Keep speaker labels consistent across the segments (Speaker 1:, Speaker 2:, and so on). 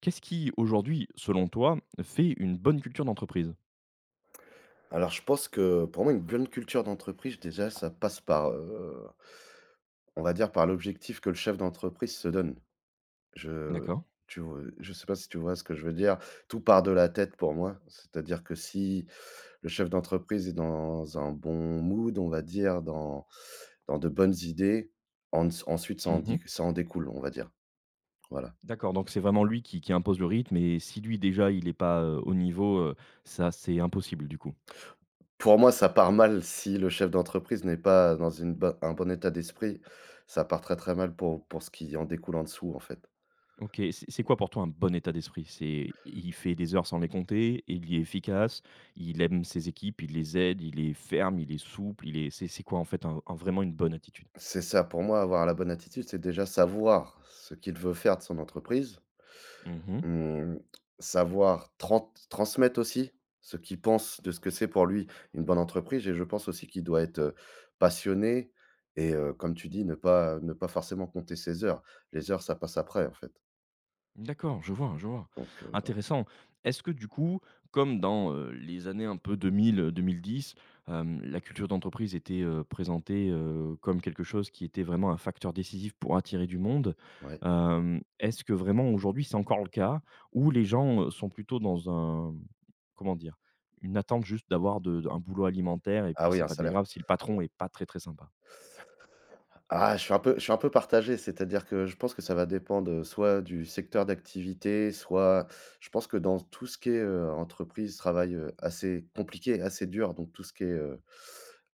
Speaker 1: Qu'est-ce qui, aujourd'hui, selon toi, fait une bonne culture d'entreprise?
Speaker 2: Alors je pense que pour moi, une bonne culture d'entreprise, déjà, ça passe par, on va dire par l'objectif que le chef d'entreprise se donne. Je
Speaker 1: D'accord.
Speaker 2: Tu vois? Je sais pas si tu vois ce que je veux dire? Tout part de la tête pour moi. C'est-à-dire que si le chef d'entreprise est dans un bon mood, on va dire, dans de bonnes idées, en ensuite ça en
Speaker 1: Mmh.
Speaker 2: dit ça en découle, on va dire. Voilà.
Speaker 1: D'accord, donc c'est vraiment lui qui impose le rythme et si lui, déjà, il n'est pas, au niveau, ça, c'est impossible, du coup?
Speaker 2: Pour moi, ça part mal si le chef d'entreprise n'est pas dans une bo un bon état d'esprit. Ça part très, très mal pour ce qui en découle en dessous, en fait.
Speaker 1: OK, c'est quoi pour toi un bon état d'esprit? C'est il fait des heures sans les compter, il est efficace, il aime ses équipes, il les aide, il est ferme, il est souple, il est c'est quoi, en fait, un vraiment une bonne attitude?
Speaker 2: C'est ça, pour moi, avoir la bonne attitude, c'est déjà savoir ce qu'il veut faire de son entreprise,
Speaker 1: Mmh.
Speaker 2: mmh, savoir transmettre aussi ce qu'il pense de ce que c'est pour lui une bonne entreprise et je pense aussi qu'il doit être, passionné et comme tu dis, ne pas forcément compter ses heures. Les heures, ça passe après, en fait,
Speaker 1: D'accord, je vois, je vois.
Speaker 2: donc
Speaker 1: Intéressant. Est-ce que du coup, comme dans, les années un peu 2000-2010, la culture d'entreprise était, présentée, comme quelque chose qui était vraiment un facteur décisif pour attirer du monde,
Speaker 2: ouais.
Speaker 1: est-ce que vraiment aujourd'hui c'est encore le cas? Ou les gens, sont plutôt dans un comment dire? Une attente juste d'avoir de d'un boulot alimentaire et
Speaker 2: Ah
Speaker 1: puis
Speaker 2: oui,
Speaker 1: c'est
Speaker 2: un
Speaker 1: pas bien
Speaker 2: salaire.
Speaker 1: grave si le patron est pas très, très sympa?
Speaker 2: Ah, je suis un peu partagé, c'est-à-dire que je pense que ça va dépendre, soit du secteur d'activité, soit je pense que dans tout ce qui est, entreprise, travail, assez compliqué, assez dur, donc tout ce qui est, heu,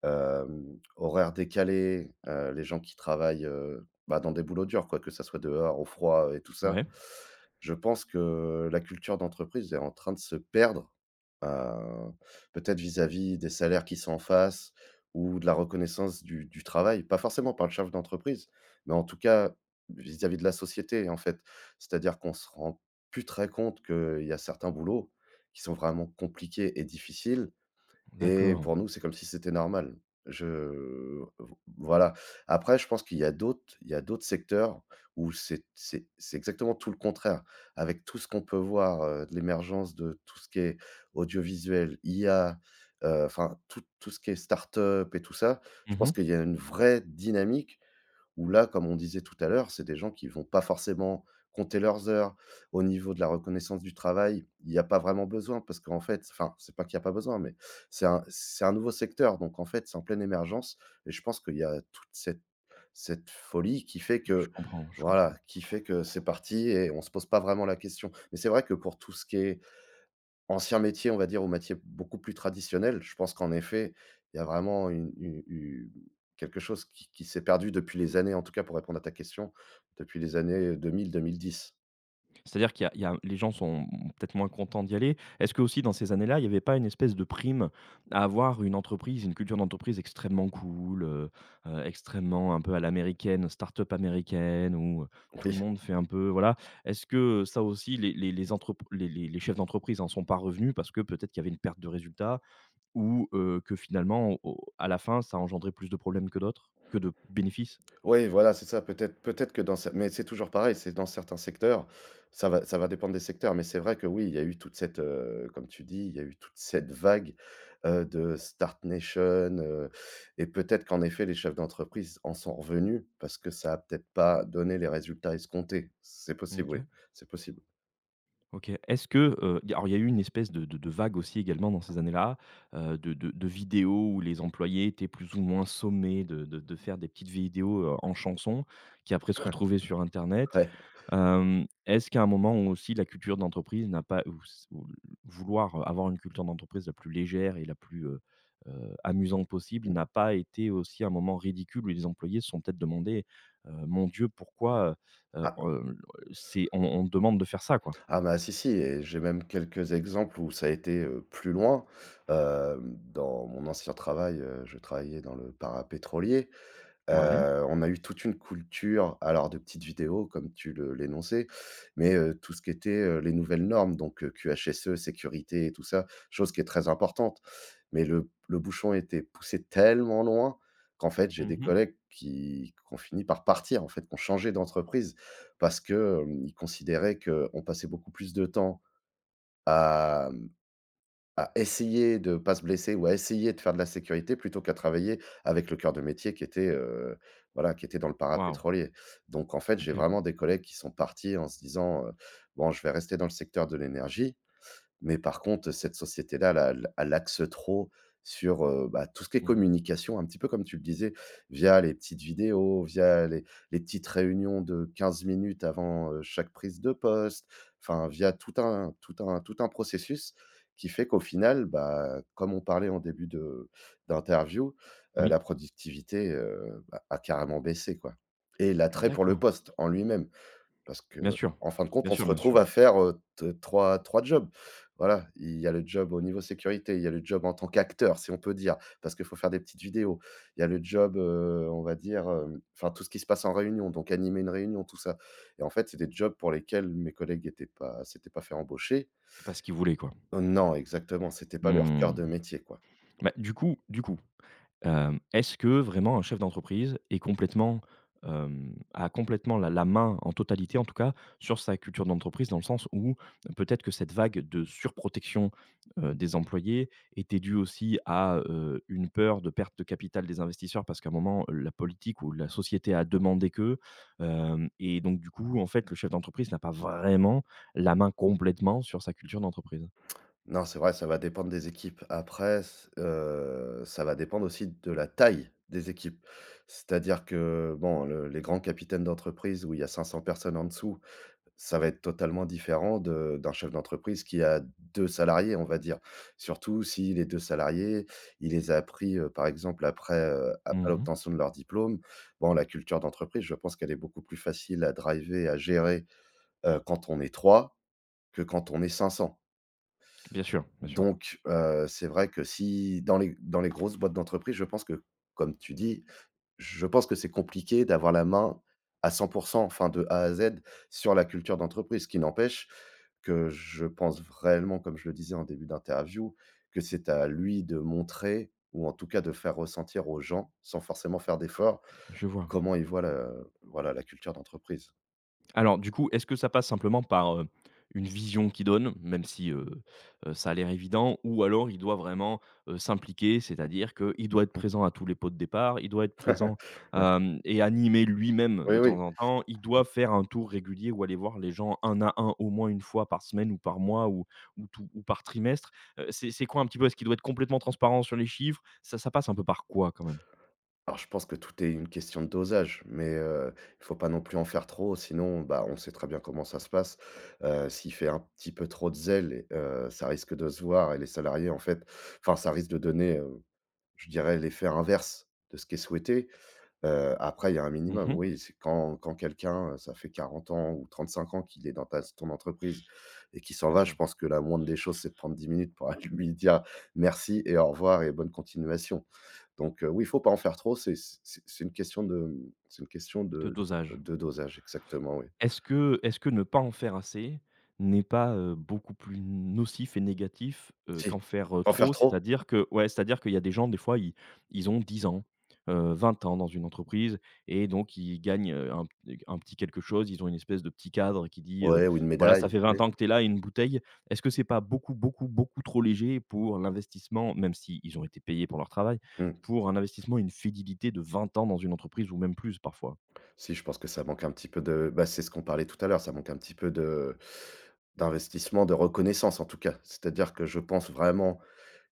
Speaker 2: hem, horaires décalés, les gens qui travaillent, bah, dans des boulots durs quoi, que ça soit dehors, au froid et tout ça.
Speaker 1: Ouais,
Speaker 2: Je pense que la culture d'entreprise est en train de se perdre, heu, peut-être vis-à-vis des salaires qui sont en face, ou de la reconnaissance du travail, pas forcément par le chef d'entreprise, mais en tout cas vis-à-vis de la société, en fait. C'est-à-dire qu'on se rend plus très compte qu'il y a certains boulots qui sont vraiment compliqués et difficiles et
Speaker 1: d'accord.
Speaker 2: pour nous, c'est comme si c'était normal. Je Voilà. Après, je pense qu'il y a d'autres il y a d'autres secteurs où c'est exactement tout le contraire. Avec tout ce qu'on peut voir, de l'émergence de tout ce qui est audiovisuel, IA, enfin tout ce qui est start-up et tout ça, je pense
Speaker 1: Mmh.
Speaker 2: qu'il y a une vraie dynamique où là, comme on disait tout à l'heure, c'est des gens qui vont pas forcément compter leurs heures. Au niveau de la reconnaissance du travail, il y a pas vraiment besoin parce qu'en fait enfin, c'est pas qu'il y a pas besoin, mais c'est un nouveau secteur, donc en fait, c'est en pleine émergence et je pense qu'il y a toute cette folie qui fait
Speaker 1: Je
Speaker 2: que
Speaker 1: comprends, je
Speaker 2: voilà,
Speaker 1: comprends.
Speaker 2: qui fait que c'est parti et on se pose pas vraiment la question. Mais c'est vrai que pour tout ce qui est ancien métier, on va dire, ou métier beaucoup plus traditionnel, je pense qu'en effet, il y a vraiment une u u quelque chose qui s'est perdu depuis les années, en tout cas pour répondre à ta question, depuis les années 2000 2010.
Speaker 1: C'est-à-dire qu'il y a les gens sont peut-être moins contents d'y aller. Est-ce que aussi dans ces années-là, il n'y avait pas une espèce de prime à avoir une entreprise, une culture d'entreprise extrêmement cool, extrêmement un peu à l'américaine, start-up américaine où, tout
Speaker 2: Oui.
Speaker 1: le monde fait un peu voilà? Est-ce que, ça aussi les entrep les chefs d'entreprise en sont pas revenus parce que peut-être qu'il y avait une perte de résultats ou, que finalement à la fin ça engendrait plus de problèmes que d'autres que de bénéfices?
Speaker 2: Oui, voilà, c'est ça. Peut-être que dans cer mais c'est toujours pareil, c'est dans certains secteurs, ça va dépendre des secteurs, mais c'est vrai que oui, il y a eu toute cette, comme tu dis, il y a eu toute cette vague, de Start Nation, heu et peut-être qu'en effet, les chefs d'entreprise en sont revenus parce que ça a peut-être pas donné les résultats escomptés. C'est possible, oui,
Speaker 1: OK.
Speaker 2: c'est possible.
Speaker 1: OK. Est-ce que, y alors il y a eu une espèce de vague aussi également dans ces années-là, de vidéos où les employés étaient plus ou moins sommés de faire des petites vidéos, en chansons qui après se retrouvaient sur internet.
Speaker 2: Ouais.
Speaker 1: Est-ce qu'à un moment où aussi la culture d'entreprise n'a pas ou s ou l vouloir avoir une culture d'entreprise la plus légère et la plus, amusante possible
Speaker 2: Mmh.
Speaker 1: n'a pas été aussi un moment ridicule où les employés se sont peut-être demandés, «Mon Dieu pourquoi, heu
Speaker 2: Ah
Speaker 1: heu, c'est on demande de faire ça quoi?»
Speaker 2: ah bah, si, si et j'ai même quelques exemples où ça a été, plus loin. Hem, dans mon ancien travail, je travaillais dans le parapétrolier.
Speaker 1: Ouais.
Speaker 2: On a eu toute une culture, alors de petites vidéos comme tu le l'énonçais, mais tout ce qui était, les nouvelles normes, donc QHSE, sécurité et tout ça, chose qui est très importante. Mais le bouchon était poussé tellement loin qu'en fait, j'ai des
Speaker 1: Mmh.
Speaker 2: collègues qui ont fini par partir, en fait, qui ont changé d'entreprise parce que, ils considéraient qu'on passait beaucoup plus de temps à, mmh à essayer de pas se blesser ou à essayer de faire de la sécurité plutôt qu'à travailler avec le cœur de métier qui était, voilà, qui était dans le
Speaker 1: Waouh!
Speaker 2: parapétrolier. Donc en fait, j'ai
Speaker 1: OK.
Speaker 2: vraiment des collègues qui sont partis en se disant, «Bon, je vais rester dans le secteur de l'énergie.» Mais par contre, cette société-là, elle a l elle axe trop sur, bah, tout ce qui est
Speaker 1: Mmh.
Speaker 2: communication, un petit peu comme tu le disais, via les petites vidéos, via les petites réunions de 15 minutes avant, chaque prise de poste, enfin via tout un processus qui fait qu'au final, bah, comme on parlait en début de d'interview,
Speaker 1: Oui.
Speaker 2: la productivité, bah, a carrément baissé, quoi, et l'attrait pour le
Speaker 1: D'accord.
Speaker 2: poste en lui-même. Parce que
Speaker 1: Bien sûr.
Speaker 2: en fin de compte,
Speaker 1: Bien
Speaker 2: on se
Speaker 1: sûr, bien
Speaker 2: retrouve
Speaker 1: sûr.
Speaker 2: à faire, 3 jobs. Voilà, il y a le job au niveau sécurité, il y a le job en tant qu'acteur, si on peut dire, parce qu'il faut faire des petites vidéos. Il y a le job, on va dire, enfin tout ce qui se passe en réunion, donc animer une réunion, tout ça et en fait, c'est des jobs pour lesquels mes collègues n'étaient pas s'étaient pas fait embaucher.
Speaker 1: C'est pas ce qu'il voulait, quoi.
Speaker 2: Non, exactement, c'était pas leur cœur de
Speaker 1: Mmh.
Speaker 2: métier, quoi.
Speaker 1: Bah, est-ce que vraiment un chef d'entreprise est complètement, a complètement la main en totalité en tout cas sur sa culture d'entreprise? Dans le sens où peut-être que cette vague de surprotection, des employés était due aussi à, une peur de perte de capital des investisseurs parce qu'à un moment, la politique ou la société a demandé que, hem et donc du coup, en fait, le chef d'entreprise n'a pas vraiment la main complètement sur sa culture d'entreprise.
Speaker 2: Non, c'est vrai, ça va dépendre des équipes. Après, s ça va dépendre aussi de la taille des équipes. C'est-à-dire que, bon, le les grands capitaines d'entreprise où il y a 500 personnes en dessous, ça va être totalement différent de d'un chef d'entreprise qui a 2 salariés, on va dire. Surtout si les 2 salariés, il les a pris, par exemple après, après
Speaker 1: Mmh.
Speaker 2: l'obtention de leur diplôme. Bon, la culture d'entreprise, je pense qu'elle est beaucoup plus facile à driver, à gérer, quand on est 3 que quand on est 500.
Speaker 1: Bien sûr, bien sûr.
Speaker 2: Donc, c'est vrai que si dans les grosses boîtes d'entreprise, je pense que, comme tu dis, je pense que c'est compliqué d'avoir la main à 100, enfin de A à Z sur la culture d'entreprise. Ce qui n'empêche que je pense réellement, comme je le disais en début d'interview, que c'est à lui de montrer ou en tout cas de faire ressentir aux gens, sans forcément faire d'efforts,
Speaker 1: Je vois.
Speaker 2: comment il voit la voilà la culture d'entreprise.
Speaker 1: Alors du coup, est-ce que ça passe simplement par, une vision qu'ils donne, même si, ça a l'air évident ou alors il doit vraiment, s'impliquer? C'est-à-dire qu'il doit être
Speaker 2: Mmh,
Speaker 1: présent à tous les pots de départ, il doit être présent,
Speaker 2: ouais.
Speaker 1: hem et animer lui-même de
Speaker 2: Oui,
Speaker 1: temps
Speaker 2: oui.
Speaker 1: en temps, il doit faire un tour régulier ou aller voir les gens un à un au moins une fois par semaine ou par mois ou tout ou par trimestre? C'est quoi un petit peu? Est-ce qu'il doit être complètement transparent sur les chiffres? Ça passe un peu par quoi quand même?
Speaker 2: Alors je pense que tout est une question de dosage, mais il faut pas non plus en faire trop, sinon, bah, on sait très bien comment ça se passe. S'il fait un petit peu trop de zèle et ça risque de se voir et les salariés en fait enfin ça risque de donner, je dirais l'effet inverse de ce qui est souhaité. Après il y a un minimum,
Speaker 1: Mmh.
Speaker 2: oui, c'est quand quelqu'un, ça fait 40 ans ou 35 ans qu'il est dans ta ton entreprise et qui s'en
Speaker 1: Bien
Speaker 2: va, je
Speaker 1: sûr.
Speaker 2: pense que la moindre des choses, c'est de prendre 10 minutes pour aller lui dire: «Merci et au revoir et bonne continuation.» Donc oui, il faut pas en faire trop, c'est une question de, c'est une question
Speaker 1: Le dosage.
Speaker 2: de dosage exactement, oui.
Speaker 1: Est-ce que ne pas en faire assez n'est pas, beaucoup plus nocif et négatif,
Speaker 2: Si,
Speaker 1: qu'en faire,
Speaker 2: en faire
Speaker 1: trop?
Speaker 2: trop?
Speaker 1: C'est-à-dire que ouais, c'est-à-dire qu'il y a des gens, des fois, ils ont 10 ans, 20 ans dans une entreprise et donc ils gagnent, un petit quelque chose. Ils ont une espèce de petit cadre qui dit,
Speaker 2: Ouais, ou une
Speaker 1: «Voilà, ça
Speaker 2: médaille,
Speaker 1: fait 20
Speaker 2: oui.
Speaker 1: ans que tu es là et une bouteille». Est-ce que c'est pas beaucoup, beaucoup, beaucoup trop léger pour l'investissement, même si ils ont été payés pour leur travail,
Speaker 2: Mmh.
Speaker 1: pour un investissement, une fidélité de 20 ans dans une entreprise ou même plus parfois?
Speaker 2: Si, je pense que ça manque un petit peu de bah, c'est ce qu'on parlait tout à l'heure, ça manque un petit peu de d'investissement, de reconnaissance en tout cas. C'est-à-dire que je pense vraiment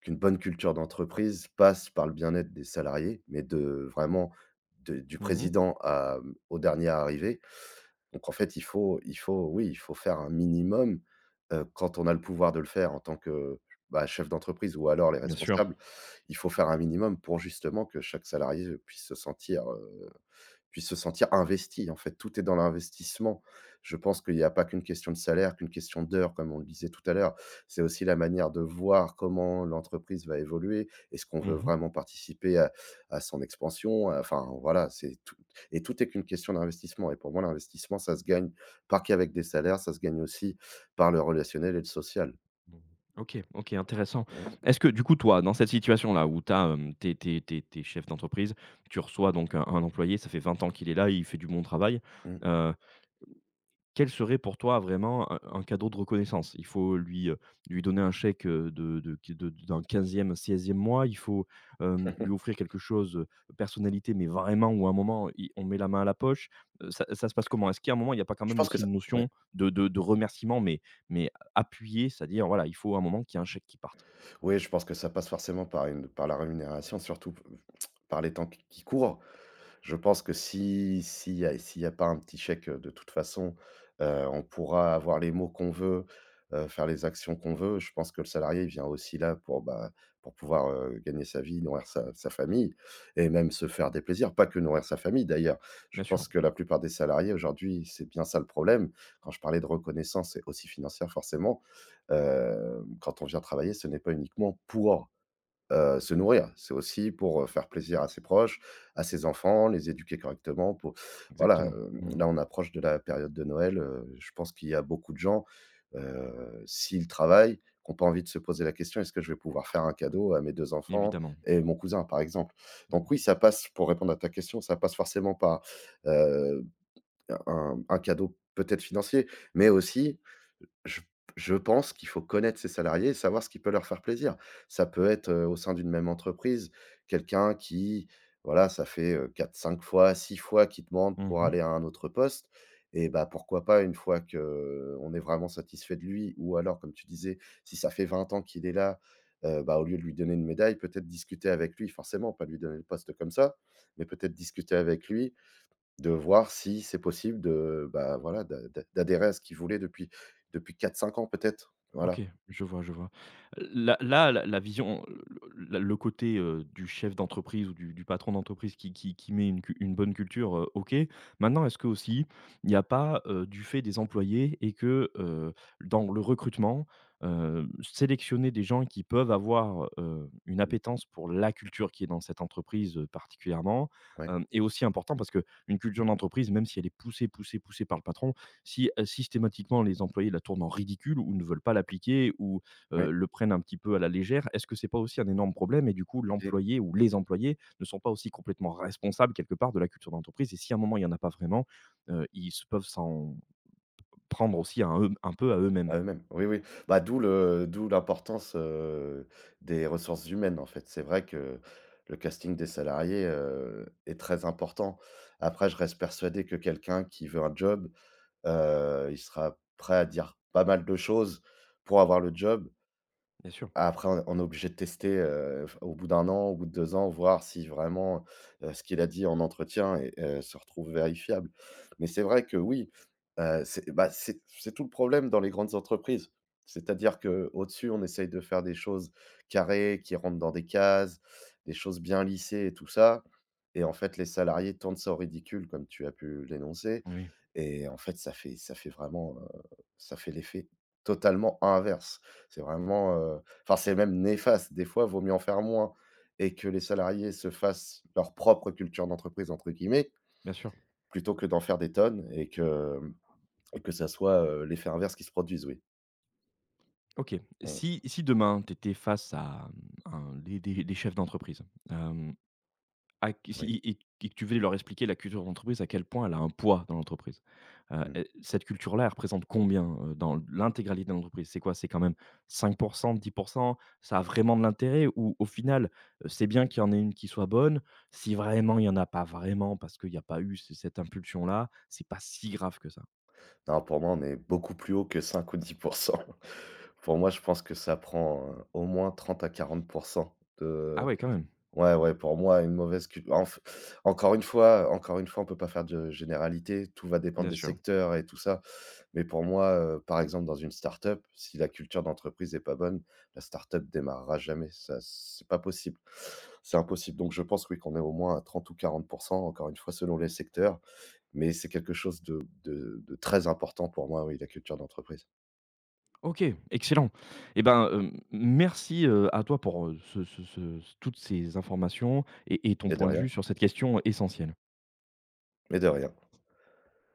Speaker 2: qu'une bonne culture d'entreprise passe par le bien-être des salariés, mais de vraiment de du
Speaker 1: Mmh.
Speaker 2: président à au dernier arrivé. Donc en fait, il faut, oui, il faut faire un minimum, quand on a le pouvoir de le faire en tant que, bah, chef d'entreprise ou alors les
Speaker 1: Bien sûr.
Speaker 2: responsables, il faut faire un minimum pour justement que chaque salarié puisse se sentir investi, en fait, tout est dans l'investissement. Je pense qu'il n'y a pas qu'une question de salaire, qu'une question d'heures, comme on le disait tout à l'heure. C'est aussi la manière de voir comment l'entreprise va évoluer. Est-ce qu'on veut
Speaker 1: Mmh.
Speaker 2: vraiment participer à son expansion? Enfin, voilà, c'est tout et tout est qu'une question d'investissement et pour moi, l'investissement, ça se gagne pas qu'avec des salaires, ça se gagne aussi par le relationnel et le social.
Speaker 1: Mmh. OK, OK, intéressant.
Speaker 2: Mmh,
Speaker 1: Est-ce que du coup, toi, dans cette situation-là où tu es chef d'entreprise, tu reçois donc un employé, ça fait 20 ans qu'il est là, il fait du bon travail,
Speaker 2: mmh.
Speaker 1: quel serait pour toi vraiment un cadeau de reconnaissance? Il faut lui, lui donner un chèque, de qui de- d'un quinzième, seizième mois, il faut, lui offrir quelque chose, personnalité, mais vraiment où à un moment, i on met la main à la poche, ça se passe comment? Est-ce qu'à un moment, il n'y a pas quand
Speaker 2: Je
Speaker 1: même
Speaker 2: pense que
Speaker 1: aussi
Speaker 2: ça
Speaker 1: une
Speaker 2: Ouais.
Speaker 1: notion de remerciement, mais appuyée, c'est-à-dire voilà, il faut à un moment qu'il y ait un chèque qui parte?
Speaker 2: Oui, je pense que ça passe forcément par la rémunération, surtout p par les temps qui courent. Je pense que si s'il y a s'il y a pas un petit chèque, de toute façon, on pourra avoir les mots qu'on veut, faire les actions qu'on veut. Je pense que le salarié, il vient aussi là bah, pour pouvoir, gagner sa vie, nourrir sa famille et même se faire des plaisirs. Pas que nourrir sa famille d'ailleurs. Je
Speaker 1: Bien sûr,
Speaker 2: pense que la plupart des salariés aujourd'hui, c'est bien ça le problème. Quand je parlais de reconnaissance et aussi financière forcément, quand on vient travailler, ce n'est pas uniquement pour se nourrir, c'est aussi pour, faire plaisir à ses proches, à ses enfants, les éduquer correctement pour voilà,
Speaker 1: exactement. Mmh.
Speaker 2: là, on approche de la période de Noël. Je pense qu'il y a beaucoup de gens, s'ils travaillent, qui ont pas envie de se poser la question: «Est-ce que je vais pouvoir faire un cadeau à mes 2 enfants
Speaker 1: Évidemment.
Speaker 2: et mon cousin?» par exemple. Donc
Speaker 1: Mmh.
Speaker 2: oui, ça passe, pour répondre à ta question, ça passe forcément par, heu, un cadeau peut-être financier, mais aussi je je pense qu'il faut connaître ses salariés et savoir ce qui peut leur faire plaisir. Ça peut être, au sein d'une même entreprise, quelqu'un qui, voilà, ça fait, 4-5 fois, 6 fois qu'il demande pour
Speaker 1: Mmh.
Speaker 2: aller à un autre poste. Et bah, pourquoi pas une fois que on est vraiment satisfait de lui, ou alors, comme tu disais, si ça fait 20 ans qu'il est là, bah, au lieu de lui donner une médaille, peut-être discuter avec lui, forcément pas lui donner le poste comme ça, mais peut-être discuter avec lui, de voir si c'est possible de, bah, voilà, d'adhérer à ce qu'ils voulaient depuis 4 5 ans peut-être.
Speaker 1: OK,
Speaker 2: Voilà.
Speaker 1: je vois, je vois. La vision, le côté, du chef d'entreprise ou du patron d'entreprise qui met une bonne culture, OK. Maintenant, est-ce que aussi, il n'y a pas, du fait des employés et que, dans le recrutement, sélectionner des gens qui peuvent avoir, une
Speaker 2: Mmh.
Speaker 1: appétence pour la culture qui est dans cette entreprise, particulièrement,
Speaker 2: Ouais,
Speaker 1: est aussi important parce que une culture d'entreprise, même si elle est poussée, poussée, poussée par le patron, si systématiquement les employés la tournent en ridicule ou ne veulent pas l'appliquer ou
Speaker 2: ouais,
Speaker 1: le prennent un petit peu à la légère, est-ce que c'est pas aussi un énorme problème et du coup
Speaker 2: et
Speaker 1: l'employé ou les employés ne sont pas aussi complètement responsables quelque part de la culture d'entreprise et si à un moment il y en a pas vraiment, ils se peuvent s'en prendre aussi à eux un peu à eux-mêmes?
Speaker 2: à eux-mêmes. Oui, oui. Bah, d'où l'importance, des ressources humaines, en fait. C'est vrai que le casting des salariés, est très important. Après, je reste persuadé que quelqu'un qui veut un job, il sera prêt à dire pas mal de choses pour avoir le job.
Speaker 1: Bien sûr,
Speaker 2: Après, on est obligé de tester, au bout d'1 an, au bout de 2 ans, voir si vraiment, ce qu'il a dit en entretien se retrouve vérifiable. Mais c'est vrai que oui, c'est bah, c'est tout le problème dans les grandes entreprises. C'est-à-dire que au dessus on essaye de faire des choses carrées, qui rentrent dans des cases, des choses bien lissées et tout ça. Et en fait, les salariés tournent ça au ridicule, comme tu as pu l'énoncer.
Speaker 1: oui.
Speaker 2: Et en fait, ça fait l'effet totalement inverse. C'est vraiment, euh, Enfin, c'est même néfaste. Des fois, vaut mieux en faire moins et que les salariés se fassent leur «propre culture d'entreprise» entre guillemets,
Speaker 1: Bien sûr.
Speaker 2: plutôt que d'en faire des tonnes et que ça soit, l'effet inverse qui se produise, oui.
Speaker 1: OK.
Speaker 2: Mmh,
Speaker 1: Si demain tu étais face à, mmh, un des chefs d'entreprise, Ah qui
Speaker 2: oui,
Speaker 1: si et et que tu veux leur expliquer la culture d'entreprise, à quel point elle a un poids dans l'entreprise. Heu
Speaker 2: mmh.
Speaker 1: et cette culture-là, elle représente combien, dans l'intégralité de l'entreprise? C'est quoi? C'est quand même cinq pour cent, dix pour cent. Ça a vraiment de l'intérêt ou au final, c'est bien qu'il y en ait une qui soit bonne, si vraiment il y en a pas vraiment parce qu'il n'y a pas eu c cette impulsion-là, c'est pas si grave que ça?
Speaker 2: Non, pour moi, on est beaucoup plus haut que 5 ou 10 pour cent. Pour moi, je pense que ça prend, au moins 30 à 40 %
Speaker 1: Ah
Speaker 2: de.
Speaker 1: ouais, quand même,
Speaker 2: Ouais, ouais, pour moi, une mauvaise culture. Encore une fois, on peut pas faire de généralité, tout va dépendre
Speaker 1: bien
Speaker 2: des
Speaker 1: sûr.
Speaker 2: secteurs et tout ça. Mais pour moi, par exemple, dans une start-up, si la culture d'entreprise est pas bonne, la start-up démarrera jamais, ça c'est pas possible. C'est impossible. Donc je pense, oui, qu'on est au moins à 30 ou quarante pour cent. Encore une fois, selon les secteurs, mais c'est quelque chose de très important pour moi, oui, la culture d'entreprise.
Speaker 1: OK, excellent. Et ben, merci, à toi pour, ce ce ce toutes ces informations et ton
Speaker 2: Et de
Speaker 1: point de vue
Speaker 2: rien,
Speaker 1: sur cette question essentielle.
Speaker 2: et de rien.